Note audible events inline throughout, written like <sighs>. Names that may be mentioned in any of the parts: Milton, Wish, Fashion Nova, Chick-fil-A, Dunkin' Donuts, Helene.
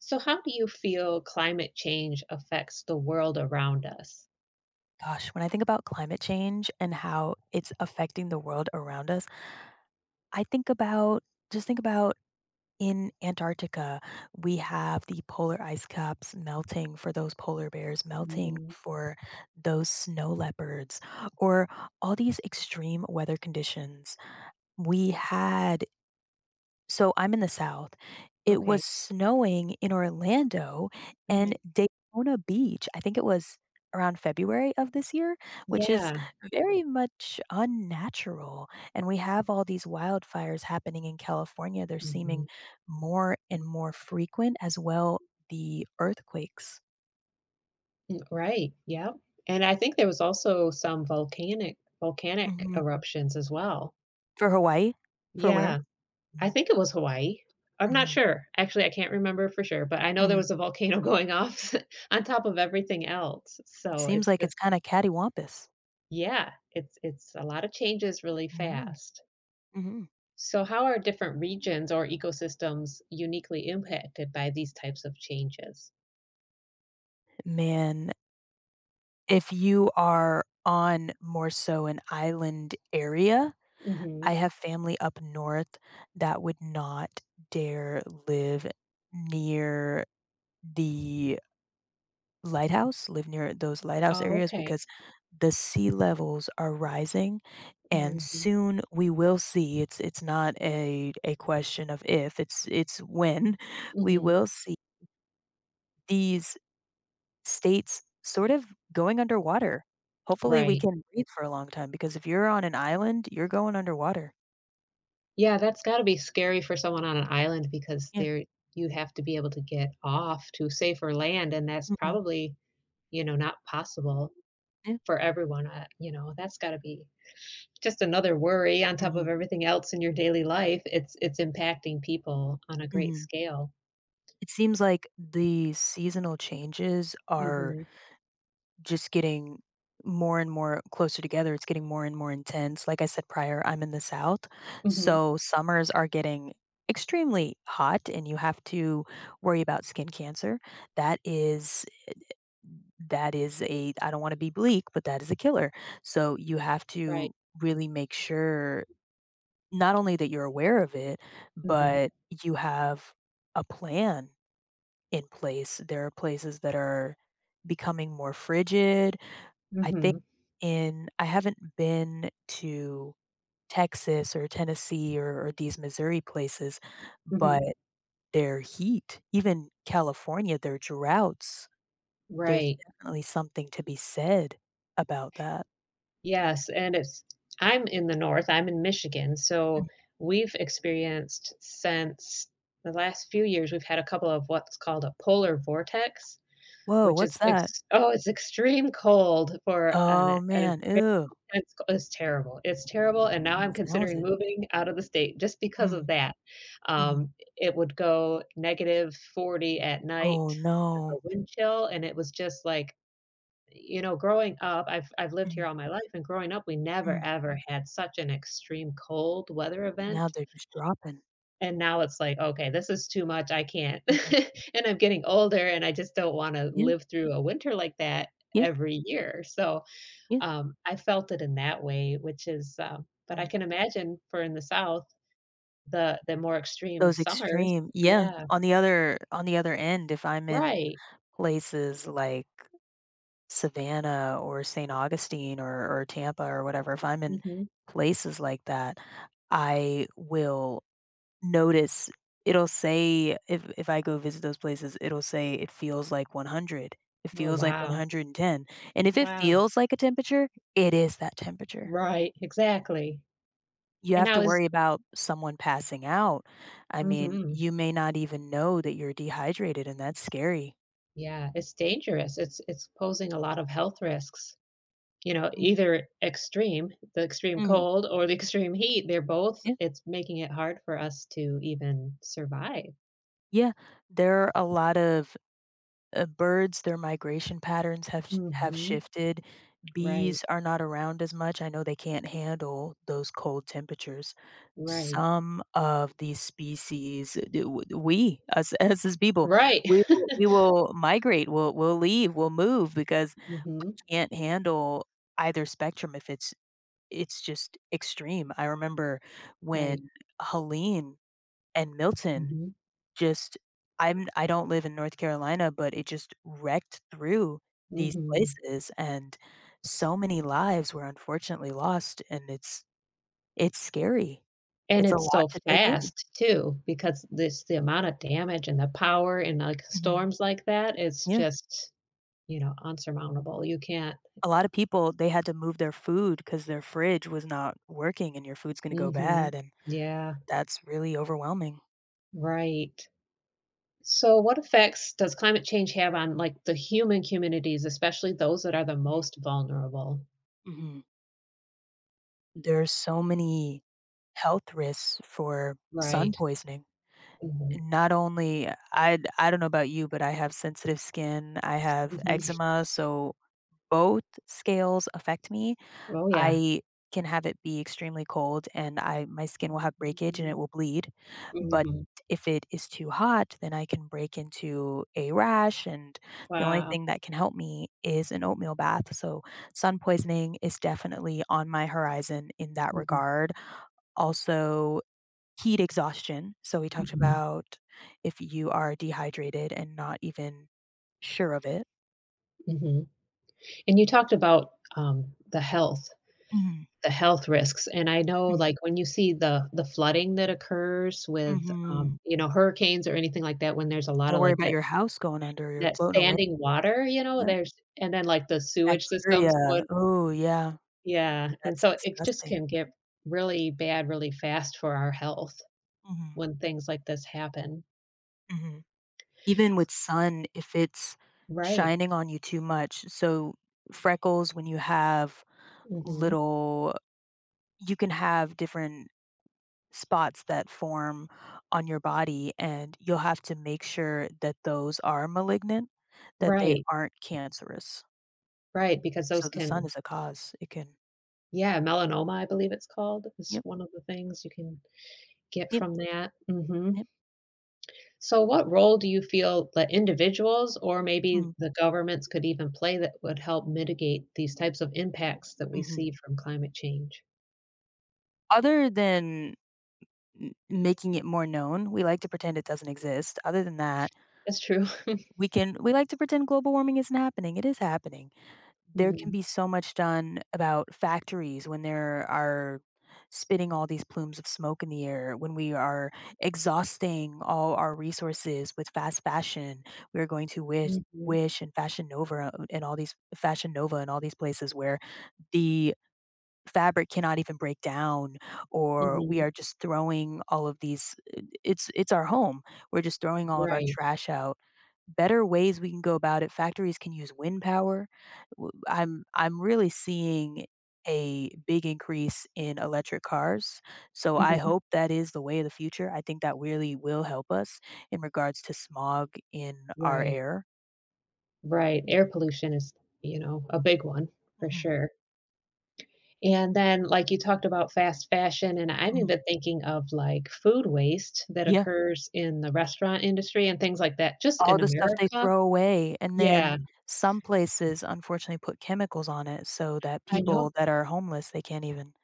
So, how do you feel climate change affects the world around us? Gosh, when I think about climate change and how it's affecting the world around us, I think about in Antarctica, we have the polar ice caps melting for those polar bears, melting Mhm. for those snow leopards, or all these extreme weather conditions. We had so I'm in the South. It Okay. was snowing in Orlando Oh and my. Daytona Beach. I think it was around February of this year, which is Yeah. very much unnatural. And we have all these wildfires happening in California. They're seeming Mhm. more and more frequent, as well the earthquakes. Right. Yep. And I think there was also some volcanic Mhm. eruptions as well. For Hawaii? For where? Yeah. I Mhm, think it was Hawaii. I'm not mhm, sure. Actually, I can't remember for sure, but I know there mhm. was a volcano going off <laughs> on top of everything else. It So seems like it's kinda cattywampus. It's a lot of changes really Mhm, fast. mhm. So, how are different regions or ecosystems uniquely impacted by these types of changes? Man, if you are on more so an island area, I Hmm. have family up north that would not dare live near the lighthouse, live near those lighthouse Oh, areas okay. because the sea levels are rising, and Hmm. soon we will see it's it's not a question of if, it's when <laughs> we Hmm. will see these states sort of going underwater. Hopefully, we Right. can breathe for a long time because if you're on an island, you're going underwater. Yeah, that's got to be scary for someone on an island because Yeah. there you have to be able to get off to safer land, and that's Mhm. probably, you know, not possible Yeah. for everyone. You know, that's got to be just another worry on top of Mhm. everything else in your daily life. It's impacting people on a great Mhm. scale. It seems like the seasonal changes are Hmm. just getting more and more closer together. It's getting more and more intense. Like I said prior, I'm in the South. Hmm. So summers are getting extremely hot, and you have to worry about skin cancer. That is that is a I don't want to be bleak, but that is a killer. So you have to Right. really make sure not only that you're aware of it, Mm-hmm. but you have a plan in place. There are places that are becoming more frigid. I think Mhm, in I haven't been to Texas or Tennessee or these Missouri places, mhm, but their heat, even California, their droughts, there's right. definitely something to be said about that. Yes, and it's I'm in the North. I'm in Michigan, Mm. so we've experienced since the last few years, we've had a couple of what's called a polar vortex, "Woah, which is what's that? ex oh, it's extreme cold for an Oh, an man, ew, it's terrible, it's terrible, and now mm, I'm smells considering it." moving out of the state just because Mhm, of that. mhm. Um, it would go -40 at Oh, night with the no. wind chill, and it was just like, you know, growing up, I've lived here Mhm, all my life, and growing up, we never mhm. ever had such an extreme cold weather Now event, they're just dropping. and now it's like, "Okay, this is too much, I can't." Mhm. <laughs> And I'm getting older, and I just don't wanna Yeah, live through a winter like that yeah, every year, so, yeah. I felt it in that way, which but I Mm. can imagine for in the South, the more extreme Those summers. extreme, yeah, Yeah, on the other end, if I'm in right, places like Savannah or St. Augustine or Tampa or whatever, if I'm in mhm. places like that, I will notice it'll say if I go visit those places, it'll say it feels like 100, it Oh, feels like wow. 110, and if it Wow. feels like a temperature, it is that temperature. Right, exactly. You And have I to was worry about someone passing out. I mean, Mhm. you may not even know that you're dehydrated, and that's scary. Yeah, it's dangerous. It's posing a lot of health risks. You know, Mm, either extreme, the extreme mhm, cold or the <laughs> extreme heat, they're both yeah, it's making it hard for us to even survive. yeah. There are a lot of birds, their migration patterns have Mhm. shifted. Right. Bees are not around as much. I know they can't handle those cold temperatures. Right. Some of these species, we us <laughs> us as people, Right. we will migrate. We'll leave. We'll move because <laughs> we Mhm. can't handle either spectrum if it's it's just extreme. I remember Right. when Helene and Milton Mhm. just I don't live in North Carolina, but it just wrecked through these Mhm. places, and so many lives were unfortunately lost, and it's scary. And It's a it's lot so to take in. fast too because this the amount of damage and the power and like Mhm. storms like that, it's Yeah. just, you know, unsurmountable. You can't A lot of people, they had to move their food because their fridge was not working and your food's gonna go bad, Mhm. and Yeah, that's really overwhelming. right. So, what effects does climate change have on like the human communities, especially those that are the Mm, most vulnerable? mhm. There's so many health risks for sun Right. poisoning. Hmm. Not only I don't know about you, but I have sensitive skin, I have Hmm. eczema, so both scales affect me. Oh yeah. I can have it be extremely cold and I my skin will have breakage and it will bleed, but Hmm. if it is too hot, then I can break into a rash, and the only Wow. thing that can help me is an oatmeal bath, so sun poisoning is definitely on my horizon in that Hmm. regard. Also heat exhaustion, so we talked Hmm. about if you are dehydrated and not even sure of it. Hmm. And you talked about Mhm, the health risks, and I know mhm, like when you see the flooding that occurs with mhm. You know, hurricanes or anything like that, when there's a lot of Worry like about your house going under, you're that floating away, standing water, you know, yeah, there's and then like the sewage systems bacteria, would oh yeah, Yeah, and that's so it just disgusting. can get really bad really fast for our health Mhm, when things like this happen. mhm. Even with sun, if it's Right. shining on you too much, so freckles when you have Mhm. little you can have different spots that form on your body, and you'll have to make sure that those are malignant, that they Right, aren't cancerous. right, because So those the sun can is a cause. It can yeah, melanoma, I believe it's called, is yep, one of the things you can get yep, from that. Mhm. yep. So what role do you feel that individuals or maybe Mm, the governments could even play that would help mitigate these types of impacts that we mhm. see from climate change? Other than m making it more known, we like to pretend it doesn't exist. Other than that, That's true. <laughs> we can we like to pretend global warming isn't happening. It is happening. There can Mhm. be so much done about factories when there are spitting all these plumes of smoke in the air, when we are exhausting all our resources with fast fashion. We're going to Wish Mhm. Wish and Fashion Nova and all these Fashion Nova and all these places where the fabric cannot even break down or we Mhm. are just throwing all of these it's our home. We're just throwing all of our Right. trash out. Better ways we can go about it. Factories can use wind power. I'm really seeing a big increase in electric cars. So I Mhm. hope that is the way of the future. I think that really will help us in regards to smog in our Right. air. Right, air pollution is, you know, a big one for Mhm, sure. And then, like, you talked about fast fashion, and I'm mhm. even thinking of, like, food waste that Yeah. occurs in the restaurant industry and things like that, just All in the stuff they America. throw away, and then Yeah, some places unfortunately put chemicals on it so that I know. people that are homeless, they can't even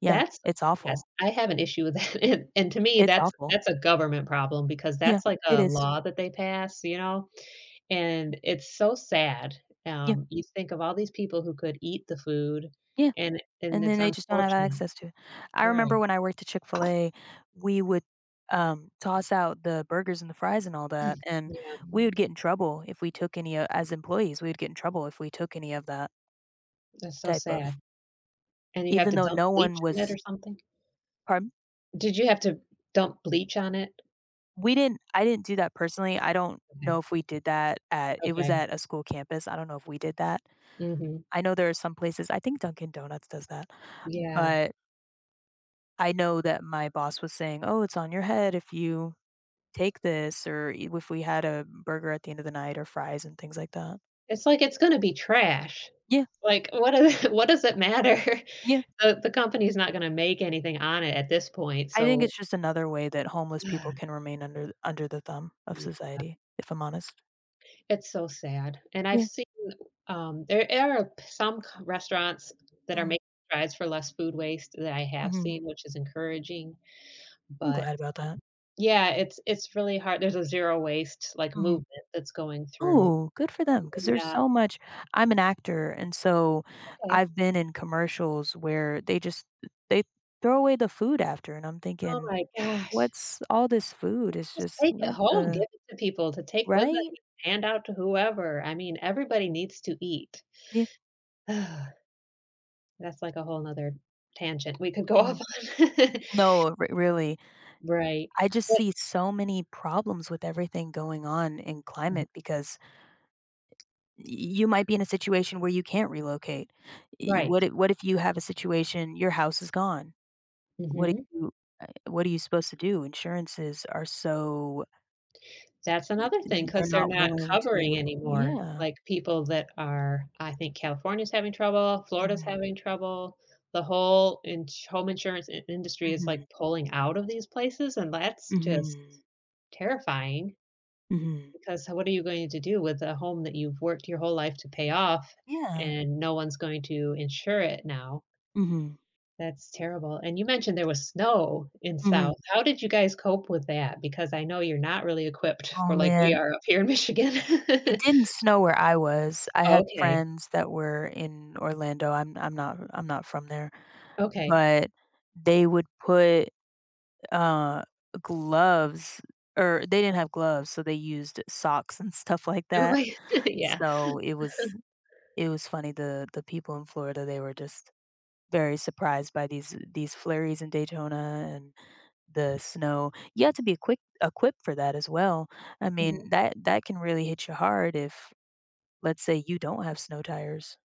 yeah, That's it's Yes, awful. I have an issue with that, <laughs> and to me, It's that's awful. A government problem because Yeah, that's like it a is. law that they pass, you know, and it's so sad. Yeah, You think of all these people who could eat the food, yeah, and and then it's they just don't have unfortunate. access to it. I Right. remember when I worked at Chick-fil-A, we would, toss out the burgers and the fries and all that, and Yeah, we would get in trouble if we took any o as employees, we would get in trouble if we took any of that that's so type of sad. And you have even to though dump no bleach one on it was or something? part. Did you have to dump bleach on it? We didn't I didn't do that personally, I don't know Okay. if we did that at it was Okay. at a school campus, I don't know if we did that. Mhm. I know there are some places I think Dunkin' Donuts does that, Yeah. but I know that my boss was saying, "Oh, it's on your head if you take this," or I if we had a burger at the end of the night or fries and things like that. It's like it's gonna be trash. Yeah, Like, what is <laughs> what does it matter? <laughs> yeah, The company's not gonna make anything on it at this point, I think so it's just another way that homeless <sighs> people can remain under th under the thumb of yeah. society, if I'm honest. It's so sad. And I've Yeah. seen, there are some c restaurants that are Mhm, making strides for less food waste that I have mhm. seen, which is encouraging, I'm but glad about that. yeah, it's really hard. There's a zero waste, like, Mhm. movement that's going through. Oh, good for them! Because there's Yeah. so much I'm an actor, and so Okay. I've been in commercials where they just they throw away the food after, and I'm Oh thinking, my gosh. "What's all this food?" It's Just just take it what home, give the it to people to take with right? them, hand out to whoever. I mean, everybody needs to eat. Yeah. <sighs> That's like a whole 'nother tangent we could go Mm. off on. No, re really. <laughs> Right. I just But see so many problems with everything going on in Mm-hmm, climate because y you might be in a situation where you can't relocate. Y right. what if What if you have a situation your house is gone? What do Mhm. you what are you supposed to do? Insurances are so That's another thing because they're 'cause they're not not willing to covering anymore, yeah. like, people that are I think California's having trouble, Florida's Mhm, having trouble, the whole ins home insurance in industry is, like, mhm, pulling out of these places, and that's just mhm, terrifying mhm. because what are you going to do with a home that you've worked your whole life to pay off Yeah. and no one's going to insure it now? Mhm, That's terrible, and you mentioned there was snow in mhm. South. How did you guys cope with that? Because I know you're not really equipped Oh, for like we man. are up here in Michigan. It <laughs> didn't snow where I was. I had Okay, friends that were in Orlando. I'm not from there, okay. but they would put, uh, gloves or they didn't have gloves, so they used socks and stuff like Oh that. my <laughs> yeah. So, it was it was funny, the people in Florida, they were just very surprised by these flurries in Daytona and the snow. You have to be quick equipped for that as well. I mean, Mhm. that that can really hit you hard if, let's say, you don't have snow tires.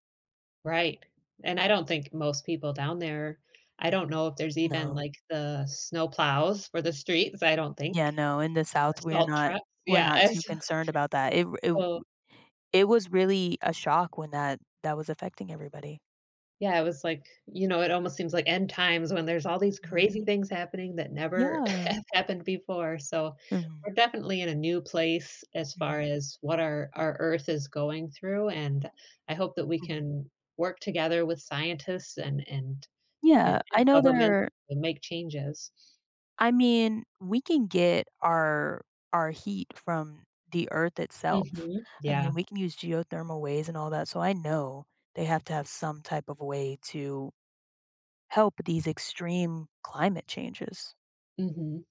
Right, and I don't think most people down there I don't know if there's even No. like the snow plows for the streets, I don't think. Yeah, no, in the South, we're Assault not trucks, we're yeah, not too concerned about that. It <laughs> so it was really a shock when that was affecting everybody. yeah, it was like, you know, it almost seems like end times when there's all these Mhm. crazy things happening that never <laughs> Yeah. have happened before. So Mhm, we're definitely in a new place as far mhm, as what our Earth is going through. And I hope that we mhm. can work together with scientists and Yeah, I know governments there to make changes. I mean, we can get our heat from the earth itself. Hmm. I Yeah. mean, we can use geothermal ways and all that, so I know they have to have some type of way to help these extreme climate changes. Hmm.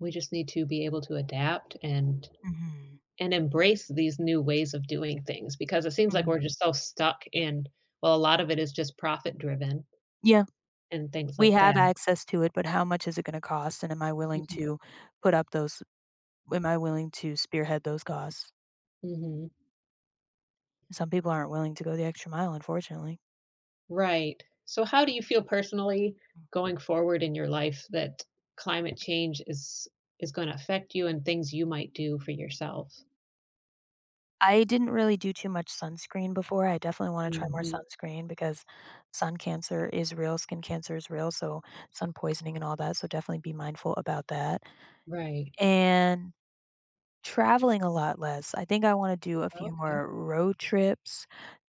We just need to be able to adapt and Mhm, embrace these new ways of doing things because it seems like we're mhm. just so stuck in well, a lot of it is just profit driven Yeah, and things we like have that. access to it, but how much is it gonna cost, and am I willing Mhm, to put up those am I willing to spearhead those costs? mhm. Some people aren't willing to go the extra mile, unfortunately. Right. So how do you feel personally going forward in your life that climate change is going to affect you and things you might do for yourself? I didn't really do too much sunscreen before, I definitely wanna try more Mhm. sunscreen because sun cancer is real, skin cancer is real, so sun poisoning and all that, so definitely be mindful about that. Right. And traveling a lot less, I think I wanna do a few Okay. more road trips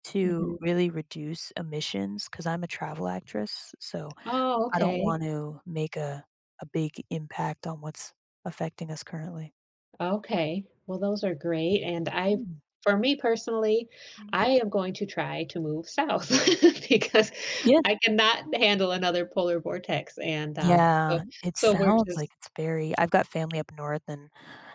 to Mhm. really reduce emissions because 'cause I'm a travel actress, so Oh, I don't okay. want to make a big impact on what's affecting us currently. Okay. Well, those are great, and I Mm. for me personally, Mm. I am going to try to move south <laughs> because Yeah. I cannot handle another polar vortex, and, so Yeah, it so we're sounds like just it's very I've got family up north, and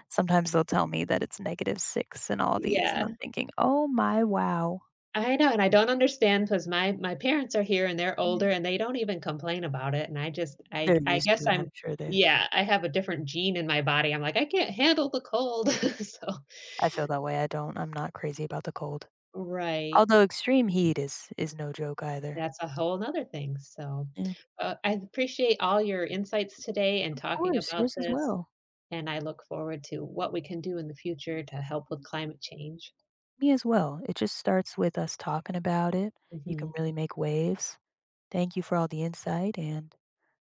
sometimes they'll tell me that it's -6 and all these, and yeah. I'm thinking, "Oh my wow." I know, and I don't understand because my parents are here, and they're Mhm. older, and they don't even complain about it, and I just They're I used guess to it, I'm I'm sure they yeah, I have a different gene in my body. I'm like, "I can't handle the cold." <laughs> So I feel that way, I'm not crazy about the cold. right. Although extreme heat is no joke either. That's a whole nother thing, so, Yeah. I appreciate all your insights today and Of talking course, about yours as this, well. and I look forward to what we can do in the future to help with climate change. Me as well. It just starts with us talking about it. You can Mhm. really make waves. Thank you for all the insight, and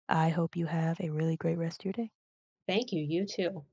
I hope you have a really great rest of your day. Thank you, you too.